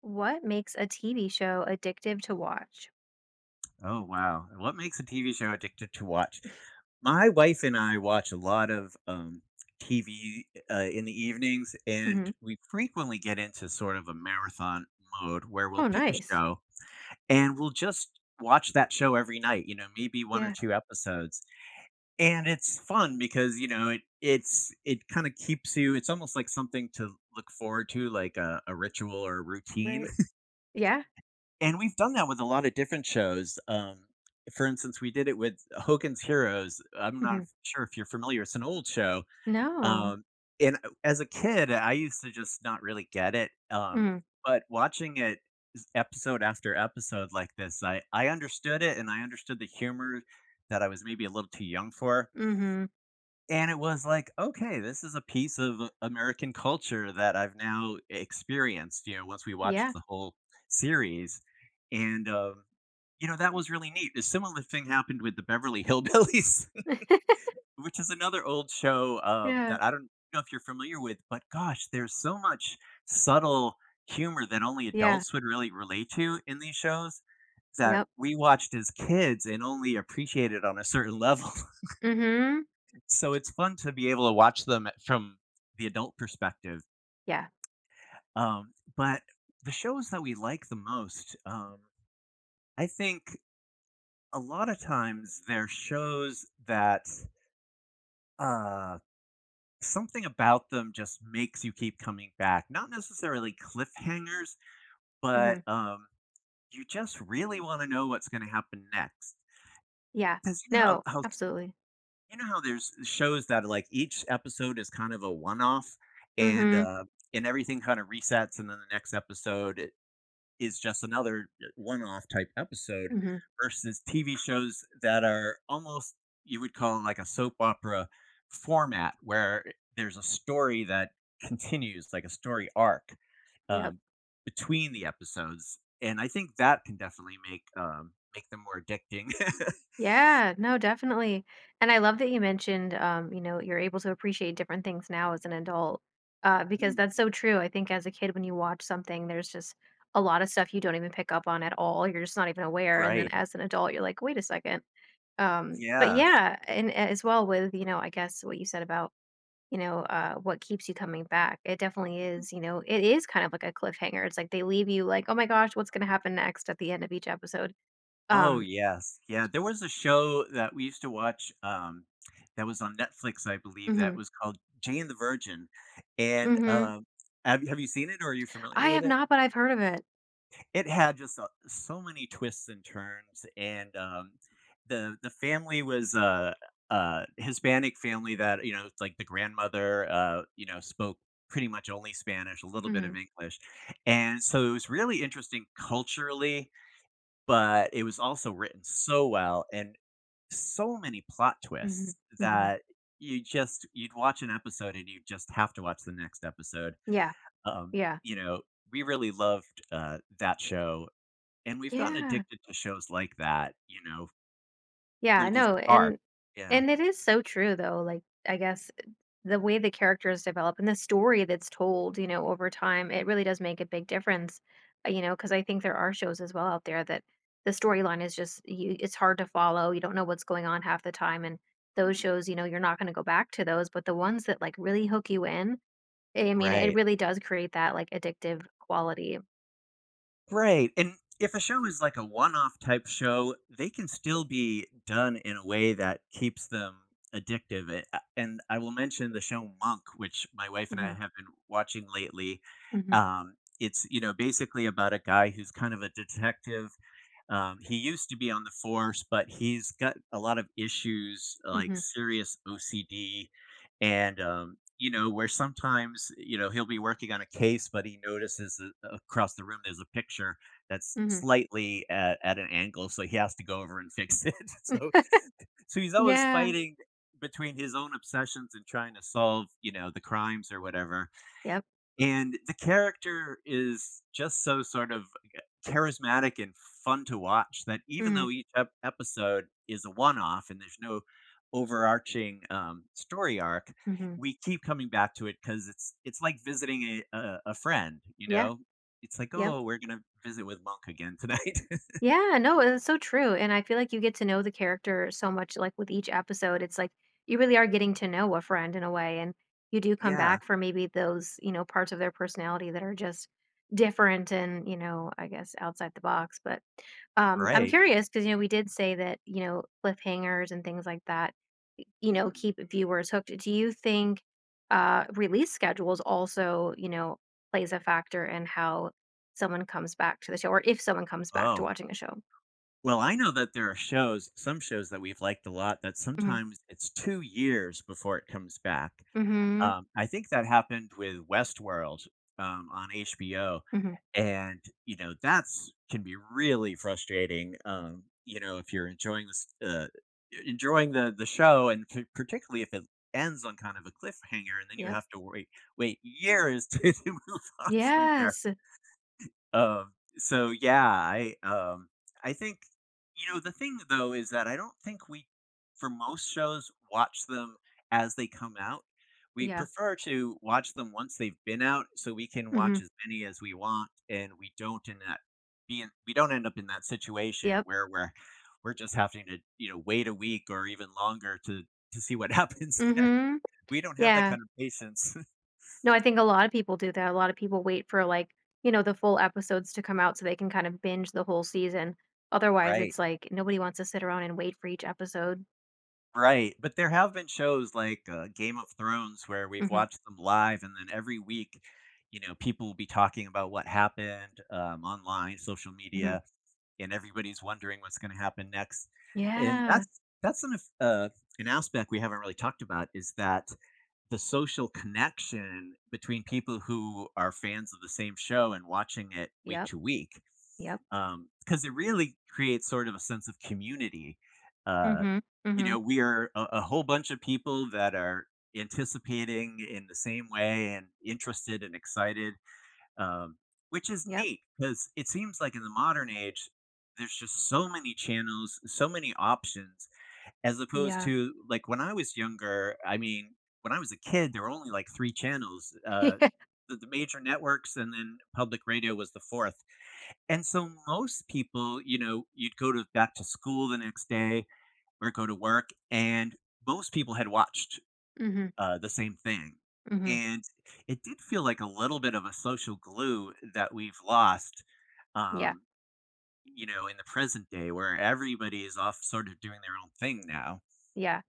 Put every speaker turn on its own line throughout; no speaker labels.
What makes a TV show addictive to watch?
Oh, wow. What makes a TV show addictive to watch? My wife and I watch a lot of TV in the evenings, and
Mhm.
we frequently get into sort of a marathon mode where we'll
Oh,
pick a
nice.
show and we'll just watch that show every night, you know, maybe one or
Yeah,
two episodes. And it's fun because, it kind of keeps you. It's almost like something to look forward to, like a ritual or a routine.
right. Yeah?
And we've done that with a lot of different shows. For instance, we did it with Hogan's Heroes. I'm not
Mhm.
sure if you're familiar. It's an old show.
No.
Um, and as a kid, I used to just not really get it.
Mm.
But watching it episode after episode like this, I understood it, and I understood the humor that I was maybe a little too young for.
Mhm.
And it was like, okay, this is a piece of American culture that I've now experienced, once we watched
Yeah.
the whole series. And, um, that was really neat. A similar thing happened with the Beverly Hillbillies, which is another old show
Yeah.
that I don't know if you're familiar with, but gosh, there's so much subtle humor that only
Yeah.
adults would really relate to in these shows that
Yep.
we watched as kids and only appreciated on a certain level,
Mhm.
so it's fun to be able to watch them from the adult perspective.
Yeah.
But the shows that we like the most, I think a lot of times they're shows that uh, something about them just makes you keep coming back. Not necessarily cliffhangers, but
Mhm.
you just really want to know what's going to happen next.
Yeah.
Because you know
No,
how
absolutely.
You know how there's shows that, like, each episode is kind of a one-off and,
Mhm.
uh, and everything kinda resets, and then the is just another one-off type episode,
Mhm.
versus TV shows that are almost, you would call, like a soap opera format, where there's a story that continues, like a story arc,
Yep.
um, between the episodes, and I think that can definitely make, make them more addicting.
Yeah, no, definitely. And I love that you mentioned, you know, you're able to appreciate different things now as an adult, because
Mm.
that's so true. I think as a kid, when you watch something, there's just a lot of stuff you don't even pick up on at all. You're just not even aware. And then
Right.
as an adult, you're like, wait a second. But
Yeah.
yeah, and as well with, you know, I guess what you said about, you know, what keeps you coming back. It definitely is, you know, it is kind of like a cliffhanger. It's like they leave you like, oh my gosh, what's going to happen next at the end of each episode.
Oh,
Um,
yes. Yeah, there was a show that we used to watch, that was on Netflix, I believe, that
hmm,
was called Jane the Virgin, and,
hmm.
um, have you seen it or are you familiar
I
with
have
it?
not, but I've heard of it.
It had just, so many twists and turns, and, the family was a Hispanic family that, you know, it's like the grandmother, you know, spoke pretty much only Spanish, a little bit of
Mhm,
English, and so it was really interesting culturally, but it was also written so well, and so many plot
mhm,
twists
mhm.
that you'd watch an episode and you just have to watch the next episode.
Yeah, yeah,
You know, we really loved that show, and we've gotten
yeah,
addicted to shows like that. You know,
yeah,
where there's an
no,
arc.
and
Yeah.
and it is so true though, like, I guess the way the characters develop and the story that's told, you know, over time, it really does make a big difference, you know, because I think there are shows as well out there that the storyline is just you it's hard to follow, you don't know what's going on half the time, and those
Mm.
shows, you know, you're not gonna go back to those, but the ones that, like, really hook you in, I mean, it
Right.
really does create that, like, addictive quality.
Right, and if a show is like a one-off type show, they can still be done in a way that keeps them addictive, a and I will mention the show Monk, which my wife and I
Mhm,
have been watching lately.
mhm.
It's, you know, basically about a guy who's kind of a detective. He used to be on the force, but he's got a lot of issues, like
Mhm,
serious OCD, and you know, where sometimes, you know, he'll be working on a case, but he notices that across the room there's a picture that's
mhm.
slightly at an angle, so he has to go over and fix it. So so he's always
Yeah,
fighting between his own obsessions and trying to solve, you know, the crimes or whatever,
yep.
and the character is just so sort of uh, charismatic and fun to watch, that even
Mhm,
though episode is a one off and there's no overarching story arc,
mhm.
we keep coming back to it because it's like visiting a friend, you
Yeah,
know? It's like,
yep.
oh, we're going to visit with Monk again tonight.
Yeah, no, it's so true, and I feel like you get to know the character so much, like, with each episode, it's like, you really are
Mm,
getting to know a friend in a way, and you do come
yeah,
back for maybe those, you know, parts of their personality that are just different and, you know, I guess outside the box, but, I'm curious
right.
curious because you know, we did say that, you know, cliffhangers and things like that you know,
Mm,
keep viewers hooked. Do you think release schedules also, you know, plays a factor in how someone comes back to the show, or if someone comes back to
oh,
watching a show?
well, I know that there are shows, some shows that we've liked a lot, that
Hmm,
sometimes it's 2 years before it comes back.
hmm,
I think that happened with Westworld, on HBO,
hmm.
and, you know, that's can be really frustrating, you know, if you're enjoying this, e enjoying the show, and p particularly if it ends on kind of a cliffhanger and then you
Yep.
have to wait years to move on from there.
Yes.
So yeah, I think, you know, the thing though is that I don't think we, for most shows, watch them as they come out. We
Yeah.
prefer to watch them once they've been out, so we can
Hmm.
watch as many as we want, and we don't, in that we don't end up in that situation
Yep.
where we're just having to, you know, wait a week or even longer to see what happens next.
Hmm.
We don't have that
Yeah.
kind of patience.
No, I think a lot of people do that. A lot of people wait for like, you know, the full episodes to come out so they can kind of binge the whole season. Otherwise,
Right.
it's like nobody wants to sit around and wait for each episode.
Right, but there have been shows like, Game of Thrones where we've
Hmm,
watched them live, and then every week, you know, people will be talking about what happened, online, social
hmm.
media, and everybody's wondering what's gonna happen next, and
Yeah.
that's an aspect we haven't really talked about, is that the social connection between people who are fans of the same show and watching it week
Yep.
to week.
Yep.
Because it really creates sort of a sense of community. Uh,
Mhm,
you
mhm.
know, we are a whole bunch of people that are anticipating in the same way and interested and excited, um, which is
Yep.
neat. Because it seems like in the modern age, there's just so many channels, so many options, as opposed
Yeah.
to, like, when I was younger, I mean, when I was a kid, there were only, like, 3 channels, the major networks, and then public radio was the 4th. And so most people, you know, you'd go to back to school the next day or go to work, and most people had watched
Mhm,
the same thing.
mhm.
And it did feel like a little bit of a social glue that we've lost,
Yeah,
um, you know, in the present day where everybody is off sort of doing their own thing now.
yeah.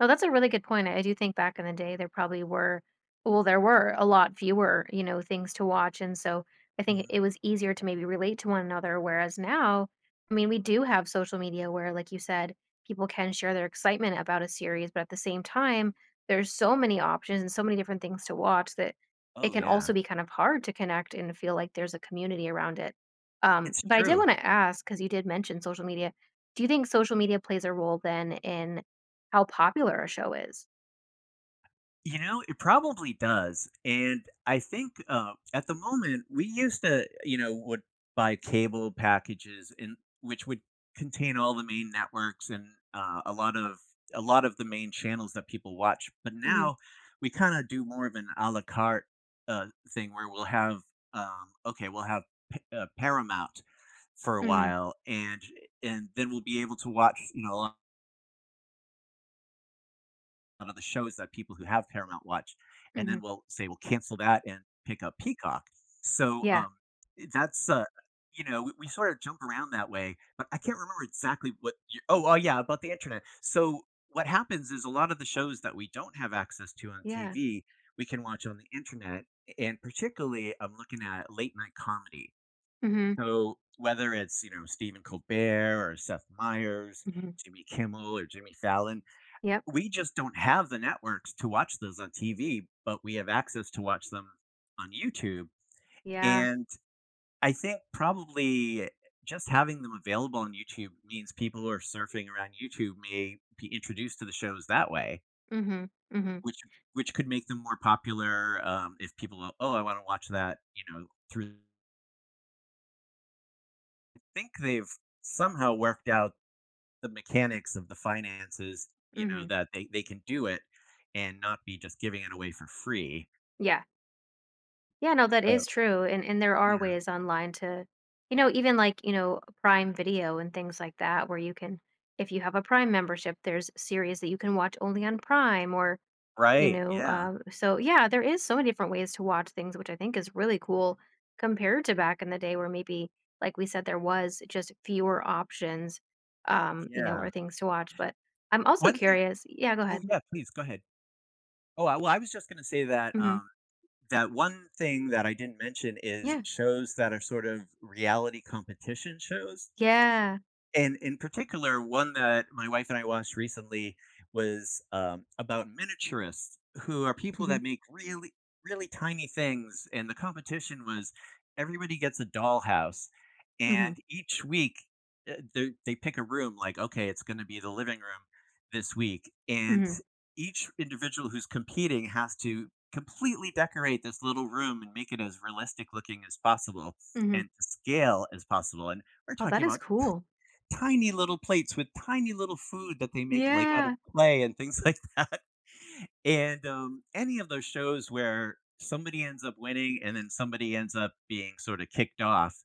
No, that's a really good point. I do think back in the day there probably were well, there were a lot fewer, you know, things to watch, and so I think
Mhm.
it was easier to maybe relate to one another, whereas now, I mean, we do have social media where, like you said, people can share their excitement about a series, but at the same time, there's so many options and so many different things to watch that it
Oh,
can
yeah.
also be kind of hard to connect and feel like there's a community around it.
It's
But I did
true.
want to ask, because you did mention social media, do you think social media plays a role then in how popular a show is.
You know, it probably does, and I think, at the moment, we used to, you know, would buy cable packages, and which would contain all the main networks and, uh, a lot of a lot of the main channels that people watch, but
Mhm,
now we kinda do more of an à la carte, thing where we'll have, okay, we'll have Pa Paramount for a
mhm,
while, and then we'll be able to watch, you know, of the shows that people who have Paramount watch, and
mhm.
then we'll say we'll cancel that and pick up Peacock. So,
Yeah,
that's, you know, we sort of jump around that way, but I can't remember exactly what you, oh, oh, yeah, about the internet. So what happens is a lot of the shows that we don't have access to on
yeah.
TV, we can watch on the internet, and particularly I'm looking at late night comedy.
Mhm,
So whether it's, you know, Stephen Colbert or Seth Meyers,
mhm.
Jimmy Kimmel or Jimmy Fallon,
Yep.
we just don't have the networks to watch those on TV, but we have access to watch them on YouTube,
Yeah.
and I think probably just having them available on YouTube means people who are surfing around YouTube may be introduced to the shows that way,
Mhm, mhm,
which which could make them more popular, if people are, "Oh, I wanna watch that," you know, through I think they've somehow worked out the mechanics of the finances, you know,
mhm.
that they can do it and not be just giving it away for free,
Yeah. Yeah, no, that
so.
is true, and there are
Yeah,
ways online to you know, even like, you know, Prime Video and things like that where you can if you have a Prime membership, there's series that you can watch only on Prime or, you
right,
know,
yeah,
so yeah, there is so many different ways to watch things, which I think is really cool compared to back in the day where maybe, like we said, there was just fewer options, you know,
yeah.
or things to watch. But I'm also
One thing,
curious. Yeah, go
oh,
ahead.
yeah, please, go ahead. I was just gonna say that,
Hmm.
that one thing that I didn't mention is
Yeah.
shows that are sort of reality competition shows.
Yeah.
And in particular, one that my wife and I watched recently was about miniaturists, who are people
Hmm,
that make really, really tiny things. And the competition was everybody gets a dollhouse, and
hmm,
each week they pick a room. Like, okay, it's going to be the living room this week, and
hmm,
each individual who's competing has to completely decorate this little room and make it as realistic looking as possible
hmm.
and to scale as possible. And we're
Oh,
talking
that is
about
cool.
tiny little plates with tiny little food that they make, like, out of
Yeah.
clay and things like that, and, any of those shows where somebody ends up winning and then somebody ends up being sorta kicked off,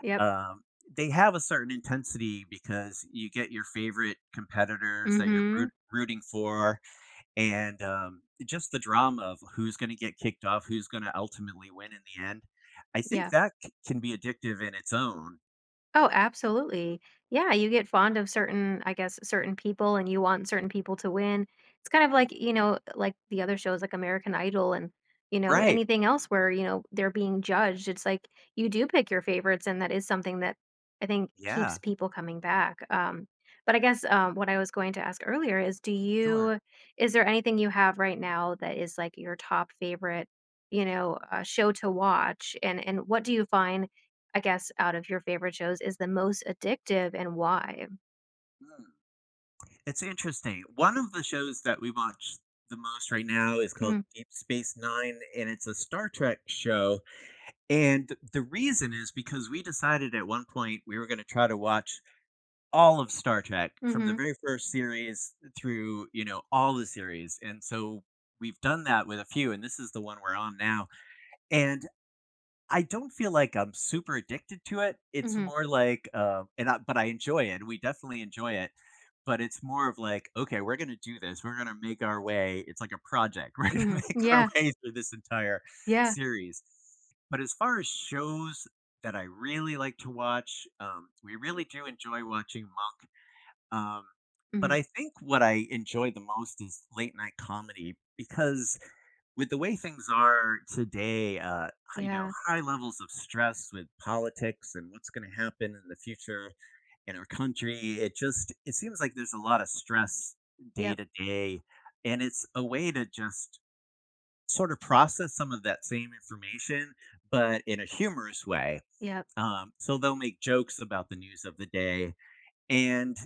Yep.
um, they have a certain intensity because you get your favorite competitors that you're
Mhm.
rooting for, and, just the drama of who's gonna get kicked off, who's gonna ultimately win in the end. I think
Yeah.
that c can be addictive in its own.
Oh, absolutely. Yeah, you get fond of certain, I guess, certain people and you want certain people to win. It's kind of
Mm,
like, you know, like the other shows like American Idol and, you know,
right.
anything else where, you know, they're being judged. It's like you do pick your favorites and that is something that I think
Yeah,
keeps people coming back. But I guess what I was going to ask earlier is do
sure.
you, is there anything you have right now that is like your top favorite, you know, show to watch? And what do you find I guess, out of your favorite shows is the most addictive and why?
Mm. It's interesting. One of the shows that we watch the most right now is called
Mhm,
Deep Space Nine, and it's a Star Trek show. And the reason is because we decided at one point we were going to try to watch all of Star Trek from the
mhm,
very first series through, you know, all the series. And so we've done that with a few, and this is the one we're on now. And I don't feel like I'm super addicted to it. It's
mhm,
more like, but I enjoy it. We definitely enjoy it. But it's more of like, okay, we're going to do this. We're going to make our way. It's like a project. We're going to
mhm.
make our
Yeah,
way through this entire
yeah,
series. But as far as shows that I really like to watch, we really do enjoy watching Monk. Um, but
mhm,
I think what I enjoy the most is late night comedy, because with the way things are today, you know,
yeah,
high levels of stress with politics and what's going to happen in the future in our country, it just, it seems like there's a lot of stress day
yep,
to day, and it's a way to just sort of process some of that same information, but in a humorous way.
yep,
So they'll make jokes about the news of the day, and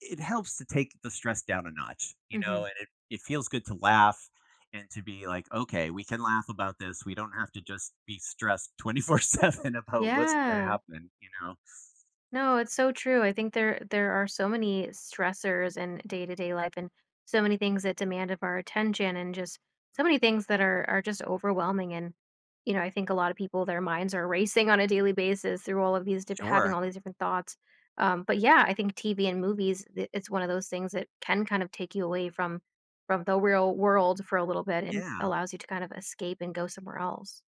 it helps to take the stress down a notch, you know,
mhm.
and it feels good to laugh and to be like, okay, we can laugh about this. We don't have to just be stressed 24 7 about what's going to
Yeah.
happen, you know?
No, it's so true. I think there are so many stressors in day-to-day life and so many things that demand of our attention and just so many
Mm.
things that are just overwhelming and you know, I think a lot of people their minds are racing on a daily basis through all of these having
Sure.
all these different thoughts. But yeah, I think TV and movies it's one of those things that can kind of take you away from the real world for a little bit and
Yeah.
allows you to kind of escape and go somewhere else.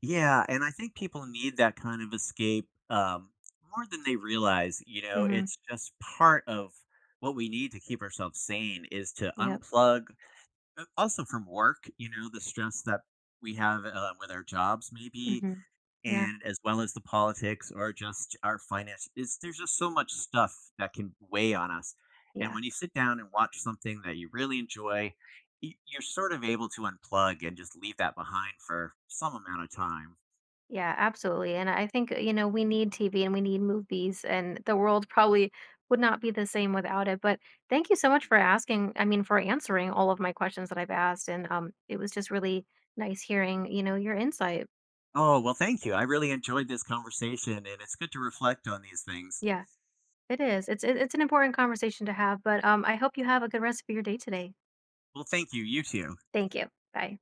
Yeah. And I think people need that kind of escape, more than they realize, you know,
Mhm.
it's just part of what we need to keep ourselves sane, is to
Yep.
unplug, also from work, you know, the stress that we have with our jobs, maybe,
Mhm. Yeah.
and as well as the politics, or just our finance, is there's just so much stuff that can weigh on us, and
Yeah.
when you sit down and watch something that you really enjoy, you're sort of able to unplug and just leave that behind for some amount of time.
Yeah, absolutely. And I think, you know, we need TV and we need movies, and the world probably would not be the same without it. But thank you so much for asking, I mean, for answering all of my questions that I've asked. And it was just really nice hearing, you know, your insight.
Oh, well, thank you. I really enjoyed this conversation, and it's good to reflect on these things.
Yeah, it is. It's it's an important conversation to have, but I hope you have a good rest of your day today.
Well, thank you, you too.
Thank you. Bye.